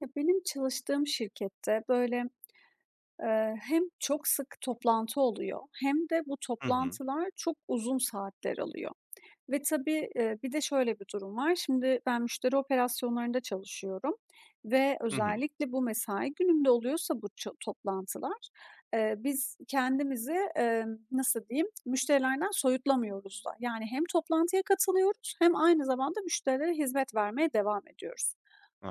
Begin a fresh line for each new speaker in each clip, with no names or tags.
Ya, benim çalıştığım şirkette, böyle, hem çok sık toplantı oluyor hem de bu
Hı hı.
toplantılar çok uzun saatler alıyor ve tabii, bir de şöyle bir durum var. Şimdi ben müşteri operasyonlarında çalışıyorum ve
Hı hı.
özellikle bu mesai günümde oluyorsa bu toplantılar, biz kendimizi, nasıl diyeyim, müşterilerden soyutlamıyoruz da. Yani hem toplantıya katılıyoruz hem aynı zamanda müşterilere hizmet vermeye devam ediyoruz.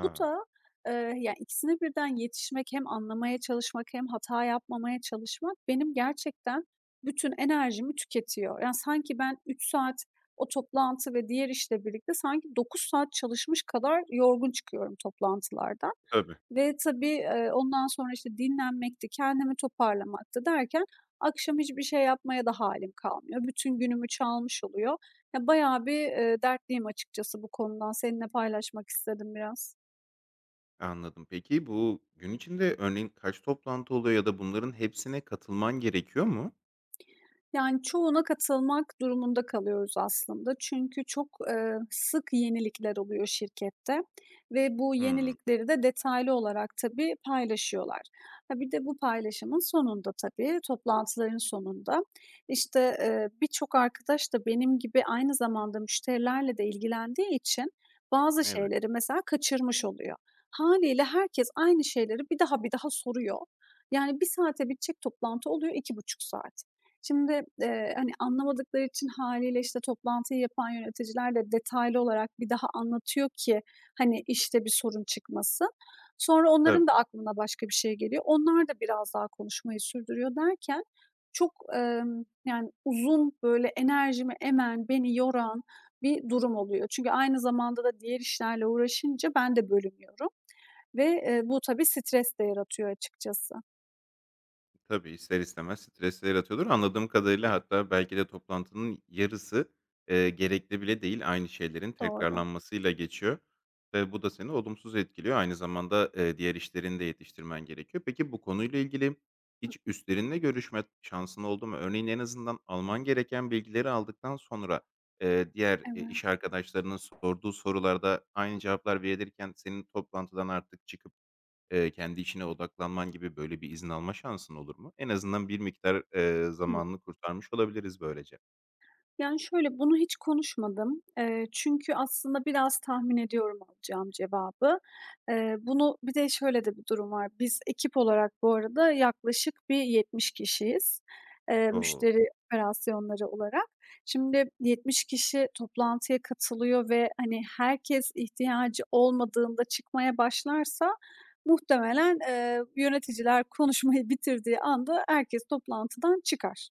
Bu da, ya, ikisine birden yetişmek, hem anlamaya çalışmak hem hata yapmamaya çalışmak benim gerçekten bütün enerjimi tüketiyor. Yani, sanki ben 3 saat o toplantı ve diğer işle birlikte sanki 9 saat çalışmış kadar yorgun çıkıyorum toplantılardan
tabii,
ve tabii, ondan sonra, işte, dinlenmekti, kendimi toparlamaktı derken akşam hiçbir şey yapmaya da halim kalmıyor. Bütün günümü çalmış oluyor. Ya, bayağı bir, dertliyim açıkçası bu konudan. Seninle paylaşmak istedim biraz.
anladım. Peki, bu gün içinde örneğin kaç toplantı oluyor ya da bunların hepsine katılman gerekiyor mu?
Yani, çoğuna katılmak durumunda kalıyoruz aslında. Çünkü çok, sık yenilikler oluyor şirkette ve bu
Hımm.
yenilikleri de detaylı olarak tabii paylaşıyorlar. Ha, bir de bu paylaşımın sonunda tabii, toplantıların sonunda, işte, birçok arkadaş da benim gibi aynı zamanda müşterilerle de ilgilendiği için bazı
Evet,
şeyleri mesela kaçırmış oluyor. Haliyle herkes aynı şeyleri bir daha bir daha soruyor. Yani, bir saate bitecek toplantı oluyor 2,5 saat. Şimdi, hani, anlamadıkları için haliyle işte, toplantıyı yapan yöneticiler de detaylı olarak bir daha anlatıyor ki, hani, işte bir sorun çıkmasın. Sonra
tabii.
onların da aklına başka bir şey geliyor. Onlar da biraz daha konuşmayı sürdürüyor derken çok, yani, uzun, böyle, enerjimi emen, beni yoran bir durum oluyor. Çünkü aynı zamanda da diğer işlerle uğraşınca ben de bölünüyorum ve, bu tabii stres de yaratıyor açıkçası.
Tabii, ister istemez stres de yaratıyordur. Anladığım kadarıyla hatta belki de toplantının yarısı, gerekli bile değil, aynı şeylerin
Doğru.
tekrarlanmasıyla geçiyor ve bu da seni olumsuz etkiliyor. Aynı zamanda, diğer işlerini de yetiştirmen gerekiyor. Peki, bu konuyla ilgili
Hı.
hiç üstlerinle görüşme şansın oldu mu? Örneğin, en azından alman gereken bilgileri aldıktan sonra, diğer,
Evet.
iş arkadaşlarının sorduğu sorularda aynı cevaplar verilirken senin toplantıdan artık çıkıp kendi işine odaklanman gibi böyle bir izin alma şansın olur mu? En azından bir miktar,
Hı.
zamanını kurtarmış olabiliriz böylece.
Yani, şöyle, bunu hiç konuşmadım. Çünkü aslında biraz tahmin ediyorum alacağım cevabı. Bunu bir de şöyle de bir durum var. Biz ekip olarak bu arada yaklaşık bir 70 kişiyiz,
O!
müşteri operasyonları olarak. Şimdi 70 kişi toplantıya katılıyor ve, hani, herkes ihtiyacı olmadığında çıkmaya başlarsa muhtemelen, yöneticiler konuşmayı bitirdiği anda herkes toplantıdan çıkar.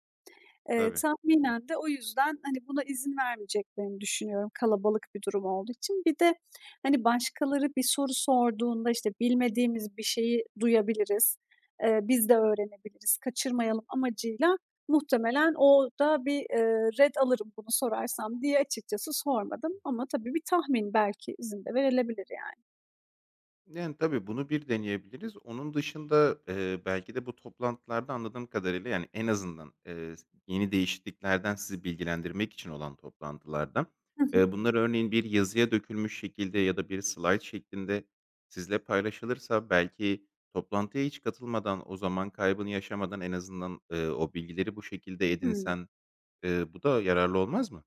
Tabii.
Tahminen de o yüzden, hani, buna izin vermeyeceklerini düşünüyorum kalabalık bir durum olduğu için. Bir de, hani, başkaları bir soru sorduğunda, işte, bilmediğimiz bir şeyi duyabiliriz, biz de öğrenebiliriz, kaçırmayalım amacıyla muhtemelen o da bir, ret alırım bunu sorarsam diye açıkçası sormadım ama tabii bir tahmin belki izin de verilebilir yani.
Yani, tabii, bunu bir deneyebiliriz. Onun dışında, belki de bu toplantılarda anladığım kadarıyla, yani, en azından, yeni değişikliklerden sizi bilgilendirmek için olan toplantılarda,
Hı hı.
eee, bunlar örneğin bir yazıya dökülmüş şekilde ya da bir slide şeklinde sizle paylaşılırsa belki toplantıya hiç katılmadan, o zaman kaybını yaşamadan en azından, o bilgileri bu şekilde
Hıı.
edinsen, bu da yararlı olmaz mı?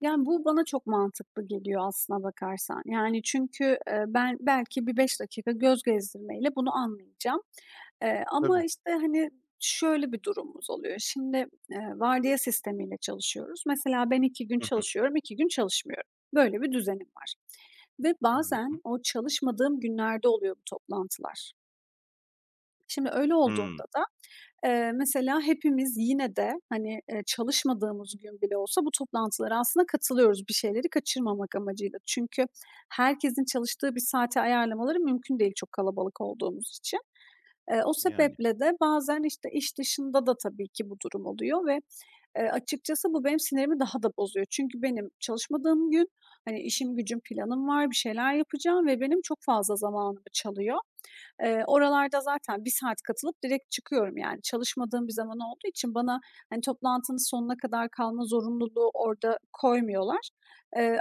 Yani, bu bana çok mantıklı geliyor aslına bakarsan. Yani, çünkü, ben belki bir 5 dakika göz gezdirmeyle bunu anlayacağım.
Tabii.
Ama, işte, hani, şöyle bir durumumuz oluyor. Şimdi, vardiya sistemiyle çalışıyoruz. Mesela ben 2 gün
Hı hı.
çalışıyorum, 2 gün çalışmıyorum. Böyle bir düzenim var ve bazen
Anladım.
o çalışmadığım günlerde oluyor bu toplantılar. Şimdi öyle
Hımm.
olduğunda da, mesela hepimiz yine de, hani, çalışmadığımız gün bile olsa bu toplantılara aslında katılıyoruz bir şeyleri kaçırmamak amacıyla. Çünkü herkesin çalıştığı bir saate ayarlamaları mümkün değil çok kalabalık olduğumuz için. O
Yani.
sebeple de bazen, işte, iş dışında da tabii ki bu durum oluyor ve, açıkçası bu benim sinirimi daha da bozuyor. Çünkü benim çalışmadığım gün, hani, işim gücüm planım var, bir şeyler yapacağım ve benim çok fazla zamanımı çalıyor. Oralarda zaten bir saat katılıp direkt çıkıyorum yani. Çalışmadığım bir zaman olduğu için bana, hani, toplantının sonuna kadar kalma zorunluluğu orada koymuyorlar.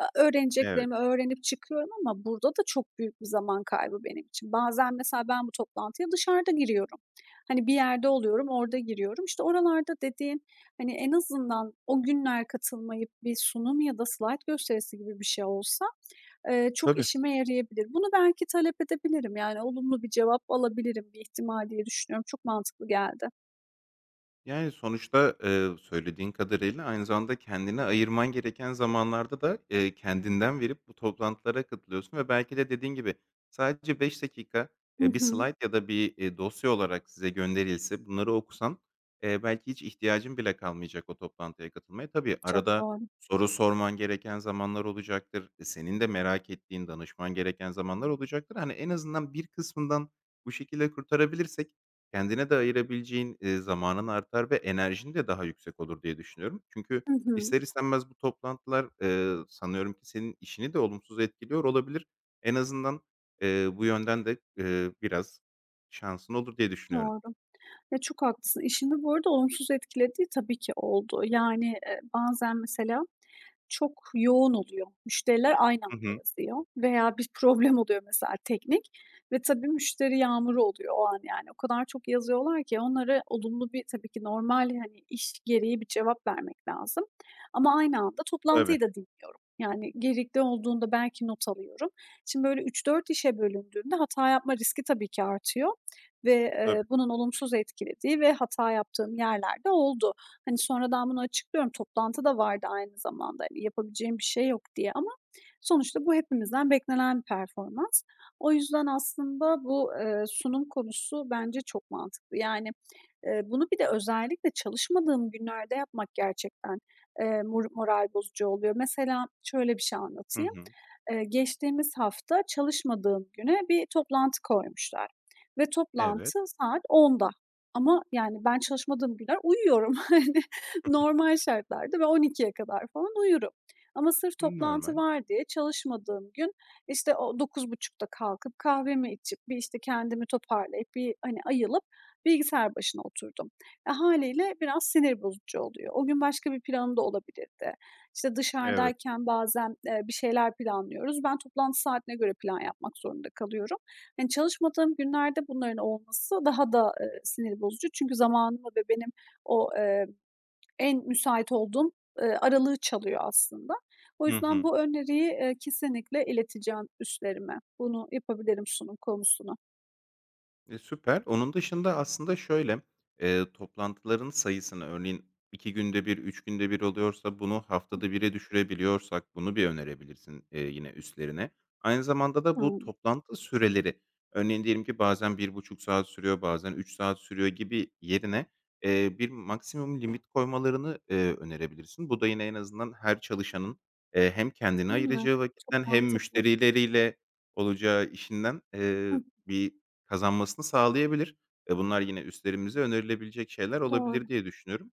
Evet.
Öğreneceklerimi öğrenip çıkıyorum ama burada da çok büyük bir zaman kaybı benim için. Bazen mesela ben bu toplantıya dışarıda giriyorum. Hani, bir yerde oluyorum, orada giriyorum. İşte oralarda dediğin, hani, en azından o günler katılmayıp bir sunum ya da slayt gösterisi gibi bir şey olsa, çok
Tabii.
işime yarayabilir. Bunu belki talep edebilirim, yani olumlu bir cevap alabilirim bir ihtimal diye düşünüyorum. Çok mantıklı geldi.
Yani, sonuçta, söylediğin kadarıyla aynı zamanda kendine ayırman gereken zamanlarda da, kendinden verip bu toplantılara katılıyorsun ve belki de dediğin gibi sadece 5 dakika,
Hı
eee, bir
hı.
slide ya da bir, dosya olarak size gönderilse, bunları okusan, belki hiç ihtiyacın bile kalmayacak o toplantıya katılmaya. Tabii
Çok
arada
doğru.
soru sorman gereken zamanlar olacaktır. E, senin de merak ettiğin, danışman gereken zamanlar olacaktır. Hani, en azından bir kısmından bu şekilde kurtarabilirsek kendine de ayırabileceğin, zamanın artar ve enerjin de daha yüksek olur diye düşünüyorum. Çünkü
Hı hı.
ister istemez bu toplantılar, sanıyorum ki senin işini de olumsuz etkiliyor olabilir. En azından, bu yönden de, biraz şansın olur diye düşünüyorum.
Doğru. Ya, çok haklısın. İşimi bu arada olumsuz etkilediği tabii ki oldu. Yani, bazen mesela çok yoğun oluyor. Müşteriler aynı
Hı
anda
hı.
yazıyor veya bir problem oluyor mesela teknik ve tabii müşteri yağmuru oluyor o an yani. O kadar çok yazıyorlar ki onlara olumlu bir tabii ki normal, hani, iş gereği bir cevap vermek lazım ama aynı anda
Tabii,
toplantıyı da dinliyorum. Yani gerekli olduğunda belki not alıyorum. Şimdi böyle 3-4 işe bölündüğünde hata yapma riski tabii ki artıyor ve,
tabii.
bunun olumsuz etkilediği ve hata yaptığım yerlerde oldu. Hani, sonradan bunu açıklıyorum. Toplantı da vardı aynı zamanda, hani, yapabileceğim bir şey yok diye ama sonuçta bu hepimizden beklenen bir performans. O yüzden aslında bu, sunum konusu bence çok mantıklı. Yani, bunu bir de özellikle çalışmadığım günlerde yapmak gerçekten, moral bozucu oluyor. Mesela şöyle bir şey
Hı
anlatayım.
hı.
Geçtiğimiz hafta çalışmadığım güne bir toplantı koymuşlar ve
Evet.
toplantı saat 10'da. Ama yani ben çalışmadığım günler uyuyorum. Hani, normal şartlarda ve 00.00'ye kadar falan uyurum ama sırf toplantı
Normal.
var diye çalışmadığım gün, işte, o 9.30'da kalkıp kahvemi içip, bir, işte, kendimi toparlayıp, bir, hani, ayılıp bilgisayar başına oturdum. E, hâliyle biraz sinir bozucu oluyor. O gün başka bir planım da olabilirdi. İşte,
Evet.
dışarıdayken bazen, bir şeyler planlıyoruz. Ben toplantı saatine göre plan yapmak zorunda kalıyorum. Hani, çalışmadığım günlerde bunların olması daha da, sinir bozucu. Çünkü zamanımı ve benim o, en müsait olduğum, aralığı çalıyor aslında. O
Hı
yüzden
hı.
bu öneriyi, kesinlikle ileteceğim üstlerime. Bunu yapabilirim sunum konusunu.
E, süper. Onun dışında aslında şöyle, toplantıların sayısını örneğin 2 günde bir, 3 günde bir oluyorsa bunu haftada bir'e düşürebiliyorsak bunu bir önerebilirsin, yine üstlerine. Aynı zamanda da
Hı
bu
hı.
toplantı süreleri, örneğin diyelim ki bazen 1,5 saat sürüyor, bazen 3 saat sürüyor gibi yerine, bir maksimum limit koymalarını, önerebilirsin. Bu da yine en azından her çalışanın, hem kendine
Değil mi?
ayıracağı
Çok
vakitten hem
mantıklı.
müşterileriyle olacağı işinden,
Hıh,
eee, bir kazanmasını sağlayabilir. Bunlar yine üstlerimize önerilebilecek şeyler
doğru.
olabilir diye düşünüyorum.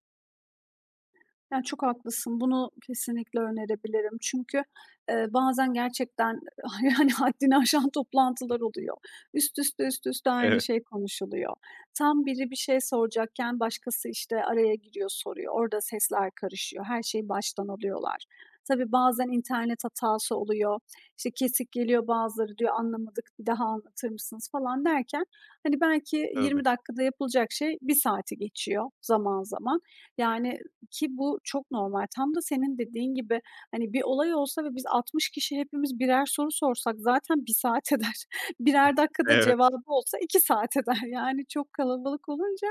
Yani çok haklısın. Bunu kesinlikle önerebilirim. Çünkü, bazen gerçekten, yani, haddini aşan toplantılar oluyor. Üst üste, üst üste aynı
Evet,
şey konuşuluyor. Tam biri bir şey soracakken başkası, işte, araya giriyor, soruyor. Orada sesler karışıyor. Her şeyi baştan alıyorlar. Tabii bazen internet hatası oluyor. İşte, kesik geliyor bazıları diyor, "Anlamadık, bir daha anlatır mısınız?" falan derken, hani, belki
tabii.
20 dakikada yapılacak şey bir saati geçiyor zaman zaman. Yani, ki bu çok normal. Tam da senin dediğin gibi, hani, bir olay olsa ve biz 60 kişi hepimiz birer soru sorsak zaten 1 saat eder. Birer dakikada
Evet.
cevabı olsa 2 saat eder. Yani çok kalabalık olunca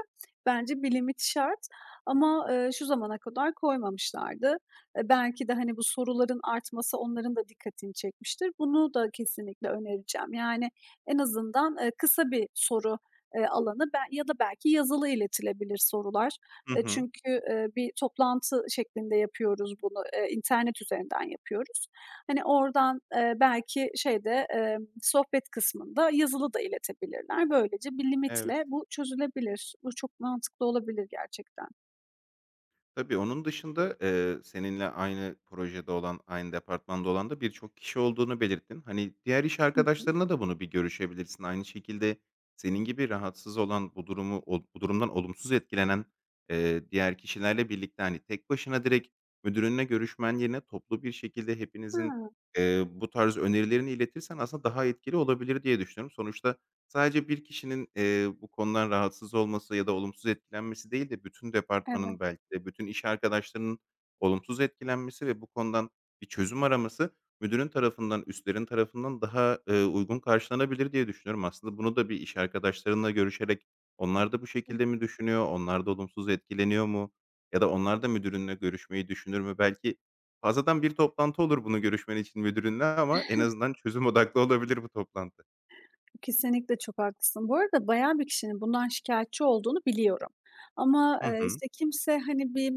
bence bir limit şart ama, şu zamana kadar koymamışlardı. E, belki de, hani, bu soruların artması onların da dikkatini çekmiştir. Bunu da kesinlikle önereceğim. Yani en azından, kısa bir soru, alanı ya da belki yazılı iletilebilir sorular.
Hı hı.
Çünkü, bir toplantı şeklinde yapıyoruz bunu, internet üzerinden yapıyoruz. Hani, oradan, belki şeyde, sohbet kısmında yazılı da iletebilirler. Böylece bir
Evet.
limitle bu çözülebilir. Bu çok mantıklı olabilir gerçekten.
Tabii, onun dışında, seninle aynı projede olan, aynı departmanda olan da birçok kişi olduğunu belirttin. Hani, diğer iş
Hı hı.
arkadaşlarına da bunu bir görüşebilirsin. Aynı şekilde senin gibi rahatsız olan, bu durumu ol bu durumdan olumsuz etkilenen, diğer kişilerle birlikte, hani, tek başına direkt müdürünle görüşmen yerine toplu bir şekilde hepinizin,
Ha,
eee, bu tarz önerilerini iletirsen aslında daha etkili olabilir diye düşünüyorum. Sonuçta sadece bir kişinin, bu konudan rahatsız olması ya da olumsuz etkilenmesi değil de bütün departmanın
evet.
belki de bütün iş arkadaşlarının olumsuz etkilenmesi ve bu konudan bir çözüm araması müdürün tarafından, üstlerin tarafından daha, uygun karşılanabilir diye düşünüyorum. Aslında bunu da bir iş arkadaşlarınla görüşerek onlar da bu şekilde mi düşünüyor, onlar da olumsuz etkileniyor mu ya da onlar da müdürünle görüşmeyi düşünür mü? Belki fazladan bir toplantı olur bunu görüşmen için müdürünle ama en azından çözüm odaklı olabilir bu toplantı.
Kesinlikle çok haklısın. Bu arada bayağı bir kişinin bundan şikayetçi olduğunu biliyorum. Ama,
Hı hı.
işte, kimse, hani, bir,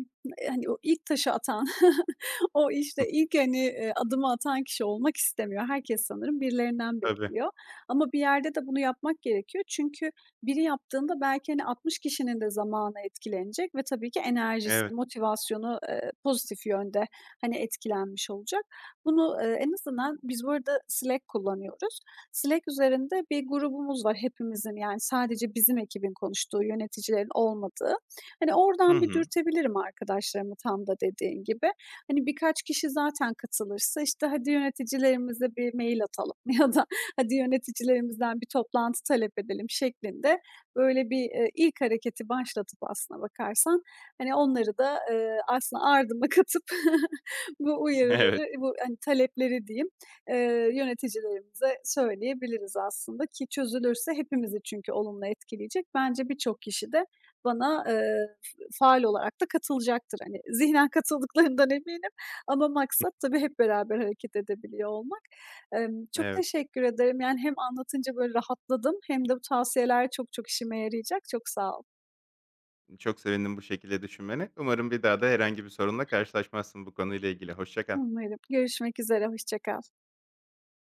hani, o ilk taşı atan, o, işte, ilk, hani, adımı atan kişi olmak istemiyor. Herkes sanırım birilerinden
Tabii,
bekliyor. Ama bir yerde de bunu yapmak gerekiyor. Çünkü biri yaptığında belki, hani, 60 kişinin de zamanı etkilenecek ve tabii ki enerjisi,
evet.
motivasyonu, pozitif yönde, hani, etkilenmiş olacak. Bunu, en azından biz burada Slack kullanıyoruz. Slack üzerinde bir grubumuz var hepimizin, yani sadece bizim ekibin konuştuğu, yöneticilerin olmadığı. Hani
Hı
oradan bir
hı.
dürtebilirim arkadaşlarımı tam da dediğin gibi. Hani birkaç kişi zaten katılırsa, işte, "Hadi yöneticilerimize bir mail atalım." ya da "Hadi yöneticilerimizden bir toplantı talep edelim." şeklinde böyle bir, ilk hareketi başlatıp aslına bakarsan, hani, onları da, aslında ardıma katıp bu
Evet,
uyarıları, bu, hani, talepleri diyeyim. Yöneticilerimize söyleyebiliriz aslında ki çözülürse hepimizi çünkü olumlu etkileyecek. Bence birçok kişi de bana, faal olarak da katılacaktır. Hani, zihnen katıldıklarından eminim ama maksat tabii hep beraber hareket edebiliyor olmak. Çok
evet.
teşekkür ederim. Yani hem anlatınca böyle rahatladım hem de bu tavsiyeler çok çok işime yarayacak. Çok sağ ol.
Çok sevindim bu şekilde düşünmene. Umarım bir daha da herhangi bir sorunla karşılaşmazsın bu konuyla ilgili. Hoşça kal.
Umarım. Görüşmek üzere, hoşça kal.